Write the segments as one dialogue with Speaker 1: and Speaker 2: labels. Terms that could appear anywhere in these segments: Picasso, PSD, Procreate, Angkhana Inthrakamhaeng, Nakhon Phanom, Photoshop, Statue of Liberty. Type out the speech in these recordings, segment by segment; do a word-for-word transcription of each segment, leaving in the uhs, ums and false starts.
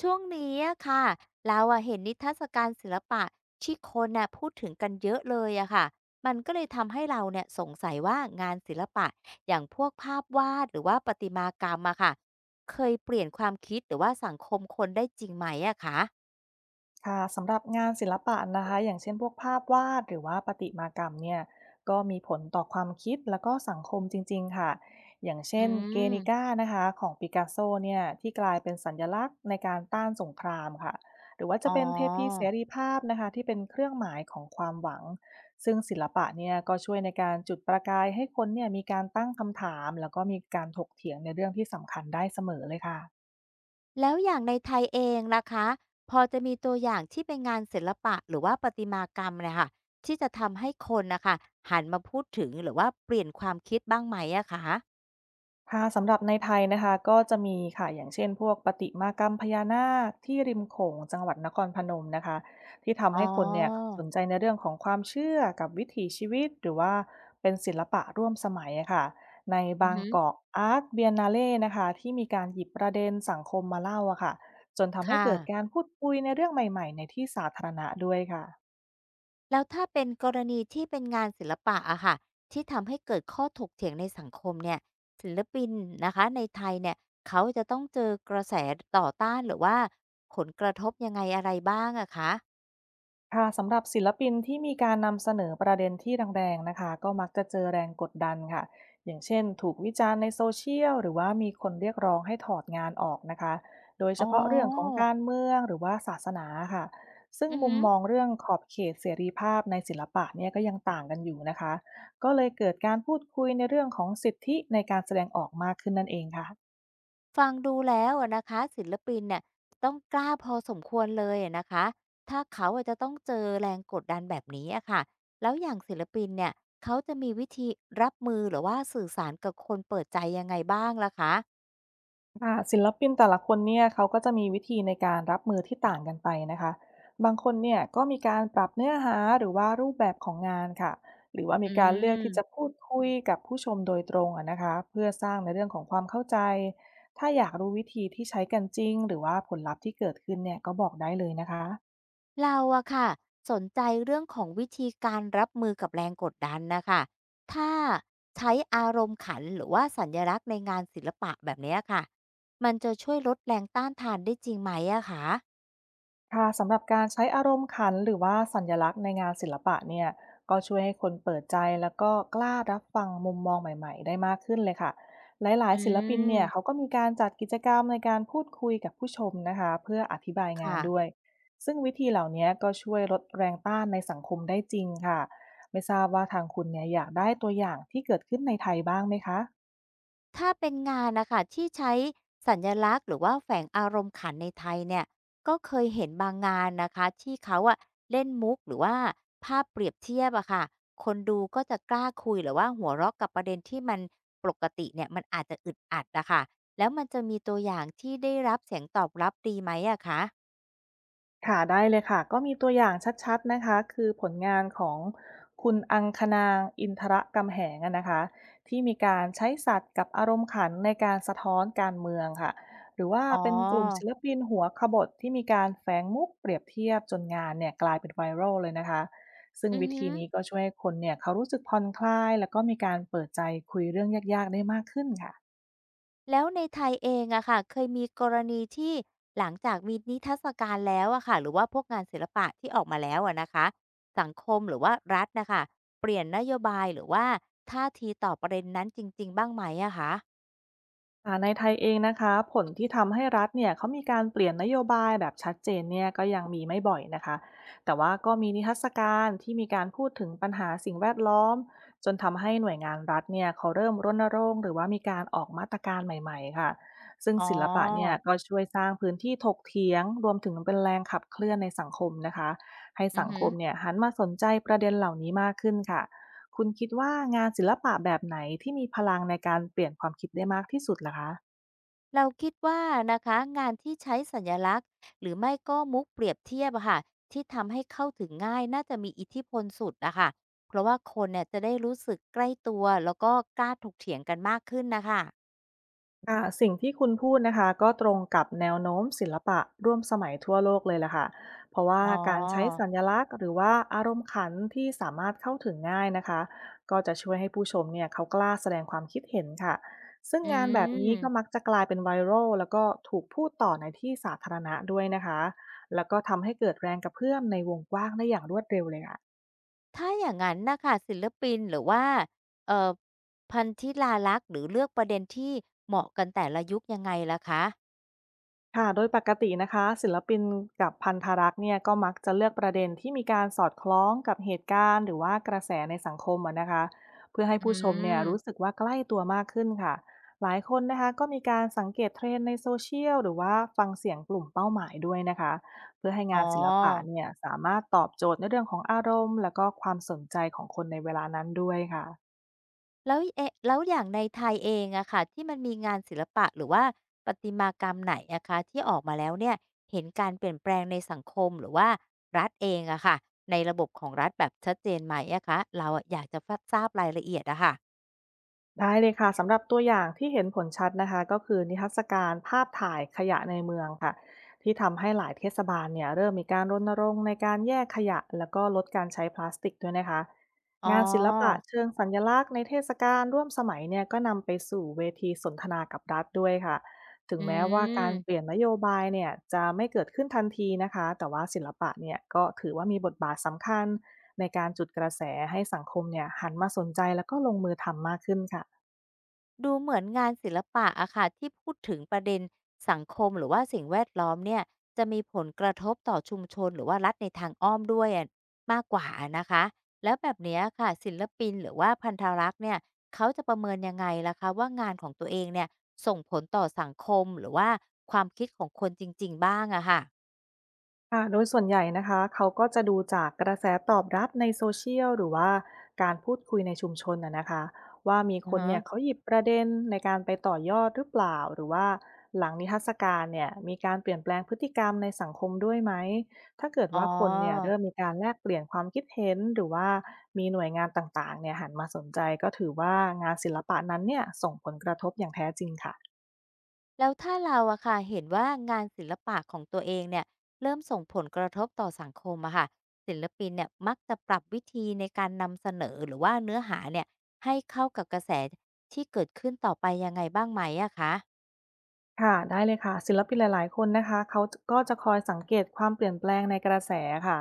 Speaker 1: ช่วงนี้อะค่ะเราอะเห็นนิทรรศการศิลปะที่คนน่ะพูดถึงกันเยอะเลยอะค่ะมันก็เลยทำให้เราเนี่ยสงสัยว่างานศิลปะอย่างพวกภาพวาดหรือว่าประติมากรรมอะค่ะเคยเปลี่ยนความคิดหรือว่าสังคมคนได้จริงไหมอะคะ
Speaker 2: ค่ะสำหรับงานศิลปะนะคะอย่างเช่นพวกภาพวาดหรือว่าประติมากรรมเนี่ยก็มีผลต่อความคิดแล้วก็สังคมจริงๆค่ะอย่าง
Speaker 1: อื
Speaker 2: เช่นเกนิ
Speaker 1: ม
Speaker 2: ก้านะคะของปิกัสโซเนี่ยที่กลายเป็นสัญลักษณ์ในการต้านสงครามค่ะหรือว่า
Speaker 1: อ๋
Speaker 2: จะเป็นเทพีเส
Speaker 1: อ
Speaker 2: รีภาพนะคะที่เป็นเครื่องหมายของความหวังซึ่งศิลปะเนี่ยก็ช่วยในการจุดประกายให้คนเนี่ยมีการตั้งคำถามแล้วก็มีการถกเถียงในเรื่องที่สำคัญได้เสมอเลยค่ะ
Speaker 1: แล้วอย่างในไทยเองล่ะคะพอจะมีตัวอย่างที่เป็นงานศิลปะหรือว่าประติมากรรมเนยค่ะที่จะทำให้คนนะคะหันมาพูดถึงหรือว่าเปลี่ยนความคิดบ้างไหมอะคะ
Speaker 2: ค่ะสำหรับในไทยนะคะก็จะมีค่ะอย่างเช่นพวกประติมากรรมพญานาคที่ริมโขงจังหวัดนครพนมนะคะที่ทำ
Speaker 1: อ๋
Speaker 2: ให้
Speaker 1: อ
Speaker 2: คนเนี่ยสนใจในเรื่องของความเชื่อกับวิถีชีวิตหรือว่าเป็นศิลปะร่วมสมัยอะค่ะใน
Speaker 1: อือ
Speaker 2: บาง
Speaker 1: ฮึ
Speaker 2: กอกอาร์ตเบียนนาเล่นะคะที่มีการหยิบประเด็นสังคมมาเล่าอะค่ะจน
Speaker 1: ค
Speaker 2: ทำให้เกิดกา
Speaker 1: ่ะ
Speaker 2: รพูดคุยในเรื่องใหม่ๆในที่สาธารณะด้วยค่ะ
Speaker 1: แล้วถ้าเป็นกรณีที่เป็นงานศิลปะอะค่ะที่ทำให้เกิดข้อถกเถียงในสังคมเนี่ยศิลปินนะคะในไทยเนี่ยเขาจะต้องเจอกระแสต่อต้านหรือว่าผลกระทบยังไงอะไรบ้างอะคะ
Speaker 2: ค่ะสำหรับศิลปินที่มีการนำเสนอประเด็นที่แรงๆนะคะก็มักจะเจอแรงกดดันค่ะอย่างเช่นถูกวิจารณ์ในโซเชียลหรือว่ามีคนเรียกร้องให้ถอดงานออกนะคะโดย
Speaker 1: อ๋
Speaker 2: เฉ
Speaker 1: อ
Speaker 2: พาะเรื่องของการเมืองหรือว่าศาสนาค่ะซึ่ง
Speaker 1: อือ
Speaker 2: มุ
Speaker 1: ฮึ
Speaker 2: มมองเรื่องขอบเขตเสรีภาพในศิลปะเนี่ยก็ยังต่างกันอยู่นะคะก็เลยเกิดการพูดคุยในเรื่องของสิทธิในการแสดงออกมากขึ้นนั่นเองค่ะ
Speaker 1: ฟังดูแล้วอะนะคะศิลปินเนี่ยต้องกล้าพอสมควรเลยอะนะคะถ้าเขาอาจจะต้องเจอแรงกดดันแบบนี้อะค่ะแล้วอย่างศิลปินเนี่ยเขาจะมีวิธีรับมือหรือว่าสื่อสารกับคนเปิดใจยังไงบ้างล่ะคะ
Speaker 2: ค่ะศิลปินแต่ละคนเนี่ยเขาก็จะมีวิธีในการรับมือที่ต่างกันไปนะคะบางคนเนี่ยก็มีการปรับเนื้อหาหรือว่ารูปแบบของงานค่ะหรือว่า
Speaker 1: อื
Speaker 2: มีการเลือกที่จะ
Speaker 1: ม
Speaker 2: พูดคุยกับผู้ชมโดยตรงอะนะคะเพื่อสร้างในเรื่องของความเข้าใจถ้าอยากรู้วิธีที่ใช้กันจริงหรือว่าผลลัพธ์ที่เกิดขึ้นเนี่ยก็บอกได้เลยนะคะ
Speaker 1: เราอะค่ะสนใจเรื่องของวิธีการรับมือกับแรงกดดันนะคะถ้าใช้อารมณ์ขันหรือว่าสัญลักษณ์ในงานศิลปะแบบเนี้ยค่ะมันจะช่วยลดแรงต้านทานได้จริงไหมอะคะ
Speaker 2: ค่ะสำหรับการใช้อารมณ์ขันหรือว่าสัญลักษณ์ในงานศิลปะเนี่ยก็ช่วยให้คนเปิดใจแล้วก็กล้ารับฟังมุมมองใหม่ๆได้มากขึ้นเลยค่ะหลาย
Speaker 1: อื
Speaker 2: ๆศิลปินเนี่ยเขา
Speaker 1: ม
Speaker 2: ก็มีการจัดกิจกรรมในการพูดคุยกับผู้ชมนะคะเพื่ออธิบายงาน
Speaker 1: ค่ะ
Speaker 2: ด้วยซึ่งวิธีเหล่านี้ก็ช่วยลดแรงต้านในสังคมได้จริงค่ะไม่ทราบว่าทางคุณเนี่ยอยากได้ตัวอย่างที่เกิดขึ้นในไทยบ้างไหมคะ
Speaker 1: ถ้าเป็นงานนะคะที่ใช้สัญลักษณ์หรือว่าแฝงอารมณ์ขันในไทยเนี่ยก็เคยเห็นบางงานนะคะที่เขาอะเล่นมุกหรือว่าภาพเปรียบเทียบอะค่ะคนดูก็จะกล้าคุยหรือว่าหัวเราะกับประเด็นที่มันปกติเนี่ยมันอาจจะอึดอัดอะค่ะแล้วมันจะมีตัวอย่างที่ได้รับเสียงตอบรับดีไหมอะคะ
Speaker 2: ค่ะได้เลยค่ะก็มีตัวอย่างชัดๆนะคะคือผลงานของคุณอังคณางอินทรกำแหงอะนะคะที่มีการใช้สัตว์กับอารมณ์ขันในการสะท้อนการเมืองค่ะหรือว่า
Speaker 1: อ๋อ
Speaker 2: เป็นกลุ่มศิลปินหัวขบถที่มีการแฝงมุกเปรียบเทียบจนงานเนี่ยกลายเป็นไวรัลเลยนะคะซึ่ง
Speaker 1: อือ
Speaker 2: วิ
Speaker 1: ฮึ
Speaker 2: ธีนี้ก็ช่วยให้คนเนี่ยเขารู้สึกผ่อนคลายแล้วก็มีการเปิดใจคุยเรื่องยากๆได้มากขึ้นค่ะ
Speaker 1: แล้วในไทยเองอะค่ะเคยมีกรณีที่หลังจากมีนิทรรศการแล้วอะค่ะหรือว่าพวกงานศิลปะที่ออกมาแล้วอะนะคะสังคมหรือว่ารัฐนะคะเปลี่ยนนโยบายหรือว่าท่าทีต่อประเด็นนั้นจริงๆบ้างไหมอะคะ
Speaker 2: ค่ะในไทยเองนะคะผลที่ทำให้รัฐเนี่ยเขามีการเปลี่ยนนโยบายแบบชัดเจนเนี่ยก็ยังมีไม่บ่อยนะคะแต่ว่าก็มีนิทรรศการที่มีการพูดถึงปัญหาสิ่งแวดล้อมจนทำให้หน่วยงานรัฐเนี่ยเขาเริ่มรณรงค์หรือว่ามีการออกมาตรการใหม่ๆค่ะซึ่ง
Speaker 1: อ๋อ
Speaker 2: ศิลปะเนี่ยก็ช่วยสร้างพื้นที่ถกเถียงรวมถึงเป็นแรงขับเคลื่อนในสังคมนะคะให้
Speaker 1: อือ
Speaker 2: สัง
Speaker 1: ฮึ
Speaker 2: คมเนี่ยหันมาสนใจประเด็นเหล่านี้มากขึ้นค่ะ คุณคิดว่างานศิลปะแบบไหนที่มีพลังในการเปลี่ยนความคิดได้มากที่สุดล่ะคะ
Speaker 1: เราคิดว่านะคะงานที่ใช้สัญลักษณ์หรือไม่ก็มุกเปรียบเทียบอะค่ะที่ทำให้เข้าถึงง่ายน่าจะมีอิทธิพลสุดอะค่ะเพราะว่าคนเนี่ยจะได้รู้สึกใกล้ตัวแล้วก็กล้าถกเถียงกันมากขึ้นนะคะ
Speaker 2: อ่าสิ่งที่คุณพูดนะคะก็ตรงกับแนวโน้มศิลปะร่วมสมัยทั่วโลกเลยล่ะค่ะเพราะว่า
Speaker 1: อ๋อ
Speaker 2: การใช้สัญลักษณ์หรือว่าอารมณ์ขันที่สามารถเข้าถึงง่ายนะคะก็จะช่วยให้ผู้ชมเนี่ยเขากล้าแสดงความคิดเห็นค่ะซึ่ง
Speaker 1: อื
Speaker 2: งานแบบนี้ก็
Speaker 1: ม
Speaker 2: มักจะกลายเป็น ไวรัล แล้วก็ถูกพูดต่อในที่สาธารณะด้วยนะคะแล้วก็ทำให้เกิดแรงกระเพื่อมในวงกว้างได้อย่างรวดเร็วเลยค่ะ
Speaker 1: ถ้าอย่างนั้นนะค่ะศิลปินหรือว่าเอ่อพันธิลาลักษณ์หรือเลือกประเด็นที่เหมาะกันแต่ละยุคยังไงล่ะคะ
Speaker 2: ค่ะโดยปกตินะคะศิลปินกับพันธรักษ์เนี่ยก็มักจะเลือกประเด็นที่มีการสอดคล้องกับเหตุการณ์หรือว่ากระแสในสังคมอะนะคะเพื่อให้
Speaker 1: อื
Speaker 2: ผู้ชมเนี่ยรู้
Speaker 1: ม
Speaker 2: สึกว่าใกล้ตัวมากขึ้นค่ะหลายคนนะคะก็มีการสังเกตเทรนด์ในโซเชียลหรือว่าฟังเสียงกลุ่มเป้าหมายด้วยนะคะเพื่อให้
Speaker 1: อ๋อ
Speaker 2: งานศิลปะเนี่ยสามารถตอบโจทย์ในเรื่องของอารมณ์และก็ความสนใจของคนในเวลานั้นด้วยค่ะ
Speaker 1: แล้วเอะแล้วอย่างในไทยเองอะค่ะที่มันมีงานศิลปะหรือว่าประติมากรรมไหนอะคะที่ออกมาแล้วเนี่ยเห็นการเปลี่ยนแปลงในสังคมหรือว่ารัฐเองอะค่ะในระบบของรัฐแบบชัดเจนไหมอะคะเราอะอยากจะฟะทราบรายละเอียดอะค่ะ
Speaker 2: ได้เลยค่ะสำหรับตัวอย่างที่เห็นผลชัดนะคะก็คือนิทรรศการภาพถ่ายขยะในเมืองค่ะที่ทำให้หลายเทศบาลเนี่ยเริ่มมีการรณรงค์ในการแยกขยะแล้วก็ลดการใช้พลาสติกด้วยนะคะ
Speaker 1: อ๋อ
Speaker 2: งานศิลปะเชิงสัญลักษณ์ในเทศกาลร่วมสมัยเนี่ยก็นำไปสู่เวทีสนทนากับรัฐด้วยค่ะถึง
Speaker 1: อื
Speaker 2: แม้ว่าการเปลี่ย
Speaker 1: ม
Speaker 2: นนโยบายเนี่ยจะไม่เกิดขึ้นทันทีนะคะแต่ว่าศิลปะเนี่ยก็ถือว่ามีบทบาทสำคัญในการจุดกระแสให้สังคมเนี่ยหันมาสนใจแล้วก็ลงมือทำมากขึ้นค่ะ
Speaker 1: ดูเหมือนงานศิลปะอะค่ะที่พูดถึงประเด็นสังคมหรือว่าสิ่งแวดล้อมเนี่ยจะมีผลกระทบต่อชุมชนหรือว่ารัฐในทางอ้อมด้วยอะมากกว่าอะนะคะแล้วแบบเนี้ยค่ะศิลปินหรือว่าพันธรักษ์เนี่ยเขาจะประเมินยังไงล่ะคะว่างานของตัวเองเนี่ยส่งผลต่อสังคมหรือว่าความคิดของคนจริงๆบ้างอะค่ะ
Speaker 2: ค่ะโดยส่วนใหญ่นะคะเขาก็จะดูจากกระแสตอบรับในโซเชียลหรือว่าการพูดคุยในชุมชนนะนะคะว่ามี
Speaker 1: อะ
Speaker 2: คน
Speaker 1: ฮะ
Speaker 2: เนี่ยเขาหยิบประเด็นในการไปต่อยอดหรือเปล่าหรือว่าหลังนิทรรศการเนี่ยมีการเปลี่ยนแปลงพฤติกรรมในสังคมด้วยไหมถ้าเกิด
Speaker 1: อ๋
Speaker 2: ว่าคนเนี่ย
Speaker 1: อ
Speaker 2: เริ่มมีการแลกเปลี่ยนความคิดเห็นหรือว่ามีหน่วยงานต่างๆเนี่ยหันมาสนใจก็ถือว่างานศิลปะนั้นเนี่ยส่งผลกระทบอย่างแท้จริงค่ะ
Speaker 1: แล้วถ้าเราอะค่ะเห็นว่างานศิลปะของตัวเองเนี่ยเริ่มส่งผลกระทบต่อสังคมอะค่ะศิลปินเนี่ยมักจะปรับวิธีในการนำเสนอหรือว่าเนื้อหาเนี่ยให้เข้ากับกระแสที่เกิดขึ้นต่อไปยังไงบ้างไหมอะคะ
Speaker 2: ค่ะได้เลยค่ะศิลปินหลายๆคนนะคะเขาก็จะคอยสังเกตความเปลี่ยนแปลงในกระแสค่ะ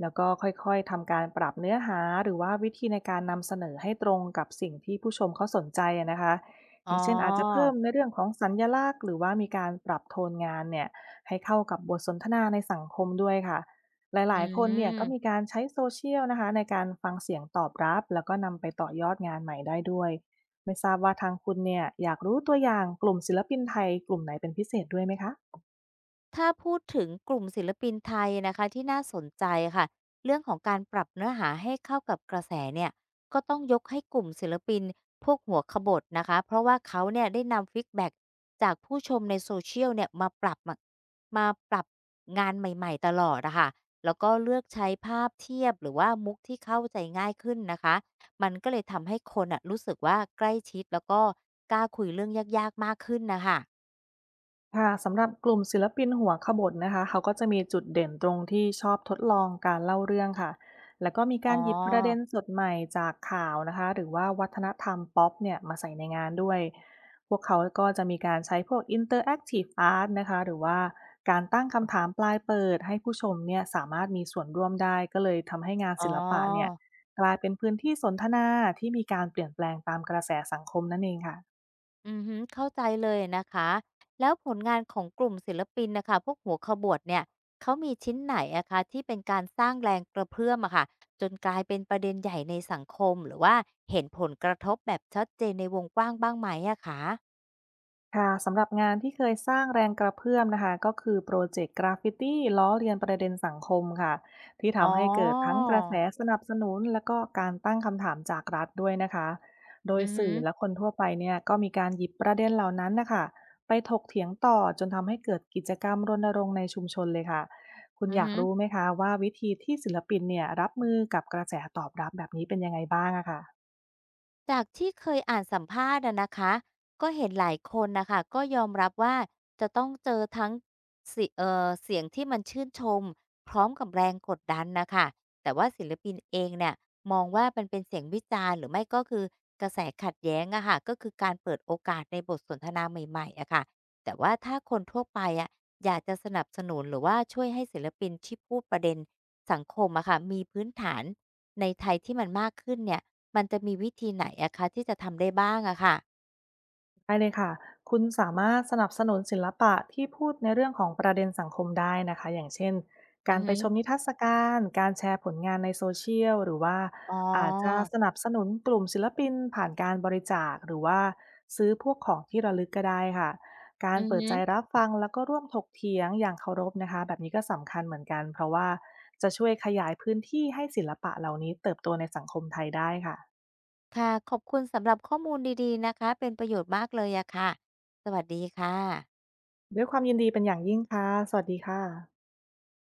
Speaker 2: แล้วก็ค่อยๆ ทำการปรับเนื้อหาหรือว่าวิธีในการนำเสนอให้ตรงกับสิ่งที่ผู้ชมเขาสนใจอะนะคะอ
Speaker 1: อ๋อ
Speaker 2: ย่างเช่นอาจจะเพิ่มในเรื่องของสัญลักษณ์หรือว่ามีการปรับโทนงานเนี่ยให้เข้ากับบทสนทนาในสังคมด้วยค่ะห
Speaker 1: อื
Speaker 2: ลายๆคนเนี่ย
Speaker 1: ม
Speaker 2: ก็มีการใช้โซเชียลนะคะในการฟังเสียงตอบรับแล้วก็นำไปต่อยอดงานใหม่ได้ด้วย ไม่ทราบว่าทางคุณเนี่ยอยากรู้ตัวอย่างกลุ่มศิลปินไทยกลุ่มไหนเป็นพิเศษด้วยไหมคะ
Speaker 1: ถ้าพูดถึงกลุ่มศิลปินไทยนะคะที่น่าสนใจค่ะเรื่องของการปรับเนื้อหาให้เข้ากับกระแสเนี่ยก็ต้องยกให้กลุ่มศิลปินพวกหัวขบถนะคะเพราะว่าเขาเนี่ยได้นำฟีดแบ็กจากผู้ชมในโซเชียลเนี่ยมาปรับมามาปรับงานใหม่ๆตลอดนะคะแล้วก็เลือกใช้ภาพเทียบหรือว่ามุกที่เข้าใจง่ายขึ้นนะคะมันก็เลยทำให้คนอะรู้สึกว่าใกล้ชิดแล้วก็กล้าคุยเรื่องยากๆมากขึ้นนะคะ
Speaker 2: ค่ะสำหรับกลุ่มศิลปินหัวขบถนะคะเขาก็จะมีจุดเด่นตรงที่ชอบทดลองการเล่าเรื่องค่ะแล้วก็มี
Speaker 1: อ๋อ
Speaker 2: การหยิบประเด็นสดใหม่จากข่าวนะคะหรือว่าวัฒนธรรมป๊อปเนี่ยมาใส่ในงานด้วยพวกเขาก็จะมีการใช้พวก Interactive Art นะคะหรือว่าการตั้งคำถามปลายเปิดให้ผู้ชมเนี่ยสามารถมีส่วนร่วมได้ก็เลยทำให้งาน
Speaker 1: อ๋
Speaker 2: ศิลปะเนี่ย
Speaker 1: อ
Speaker 2: กลายเป็นพื้นที่สนทนาที่มีการเปลี่ยนแปลงตามกระแสสังคมนั่นเองค่ะ
Speaker 1: อือฮึเข้าใจเลยนะคะ แล้วผลงานของกลุ่มศิลปินนะคะพวกหัวขบวดเนี่ย เขามีชิ้นไหนอะคะที่เป็นการสร้างแรงกระเพื่อมอะค่ะจนกลายเป็นประเด็นใหญ่ในสังคมหรือว่าเห็นผลกระทบแบบชัดเจนในวงกว้างบ้างไหมอะคะ
Speaker 2: ค่ะสำหรับงานที่เคยสร้างแรงกระเพื่อมนะคะก็คือโปรเจกต์กราฟฟิตีล้อเลียนประเด็นสังคมค่ะที่
Speaker 1: อ๋อ
Speaker 2: ทำให้เกิดทั้งกระแสสนับสนุนและก็การตั้งคำถามจากรัฐด้วยนะคะโด
Speaker 1: อื
Speaker 2: ย
Speaker 1: อฮึ
Speaker 2: สื่อและคนทั่วไปเนี่ยก็มีการหยิบประเด็นเหล่านั้นนะคะไปถกเถียงต่อจนทำให้เกิดกิจกรรมรณรงค์ในชุมชนเลยค่ะคุณ
Speaker 1: อือ
Speaker 2: อยาก
Speaker 1: ฮึ
Speaker 2: รู้ไหมคะว่าวิธีที่ศิลปินเนี่ยรับมือกับกระแสตอบรับแบบนี้เป็นยังไงบ้างอะค่ะ
Speaker 1: จากที่เคยอ่านสัมภาษณ์อะนะคะก็เห็นหลายคนนะคะก็ยอมรับว่าจะต้องเจอทั้งเสียเอ่อเสียงที่มันชื่นชมพร้อมกับแรงกดดันนะคะแต่ว่าศิลปินเองเนี่ยมองว่ามันเป็นเสียงวิจารณ์หรือไม่ก็คือกระแสขัดแย้งอะค่ะก็คือการเปิดโอกาสในบทสนทนาใหม่ๆอะค่ะแต่ว่าถ้าคนทั่วไปอะอยากจะสนับสนุนหรือว่าช่วยให้ศิลปินที่พูดประเด็นสังคมอะค่ะมีพื้นฐาน ในไทยที่มันมากขึ้นเนี่ย มันจะมีวิธีไหนอะคะที่จะทำได้บ้างอะค่ะ
Speaker 2: ได้เลยค่ะคุณสามารถสนับสนุนศิลปะที่พูดในเรื่องของประเด็นสังคมได้นะคะอย่างเช่น
Speaker 1: อื
Speaker 2: กา
Speaker 1: อ
Speaker 2: รไป
Speaker 1: ฮึ
Speaker 2: ชมนิทรรศการการแชร์ผลงานในโซเชียลหรือว่า
Speaker 1: อ๋อ
Speaker 2: อาจจะสนับสนุนกลุ่มศิลปินผ่านการบริจาคหรือว่าซื้อพวกของที่ระลึกก็ได้ค่ะกา
Speaker 1: อื
Speaker 2: ร
Speaker 1: อ
Speaker 2: เปิด
Speaker 1: ฮึ
Speaker 2: ใจรับฟังแล้วก็ร่วมถกเถียงอย่างเคารพนะคะแบบนี้ก็สำคัญเหมือนกันเพราะว่าจะช่วยขยายพื้นที่ให้ศิลปะเหล่านี้เติบโตในสังคมไทยได้ค่ะ
Speaker 1: ค่ะ ขอบคุณสำหรับข้อมูลดีๆนะคะ เป็นประโยชน์มากเลยอะค่ะ สวัสดีค่ะ
Speaker 2: ด้วยความยินดีเป็นอย่างยิ่งค่ะสวัสดีค่ะ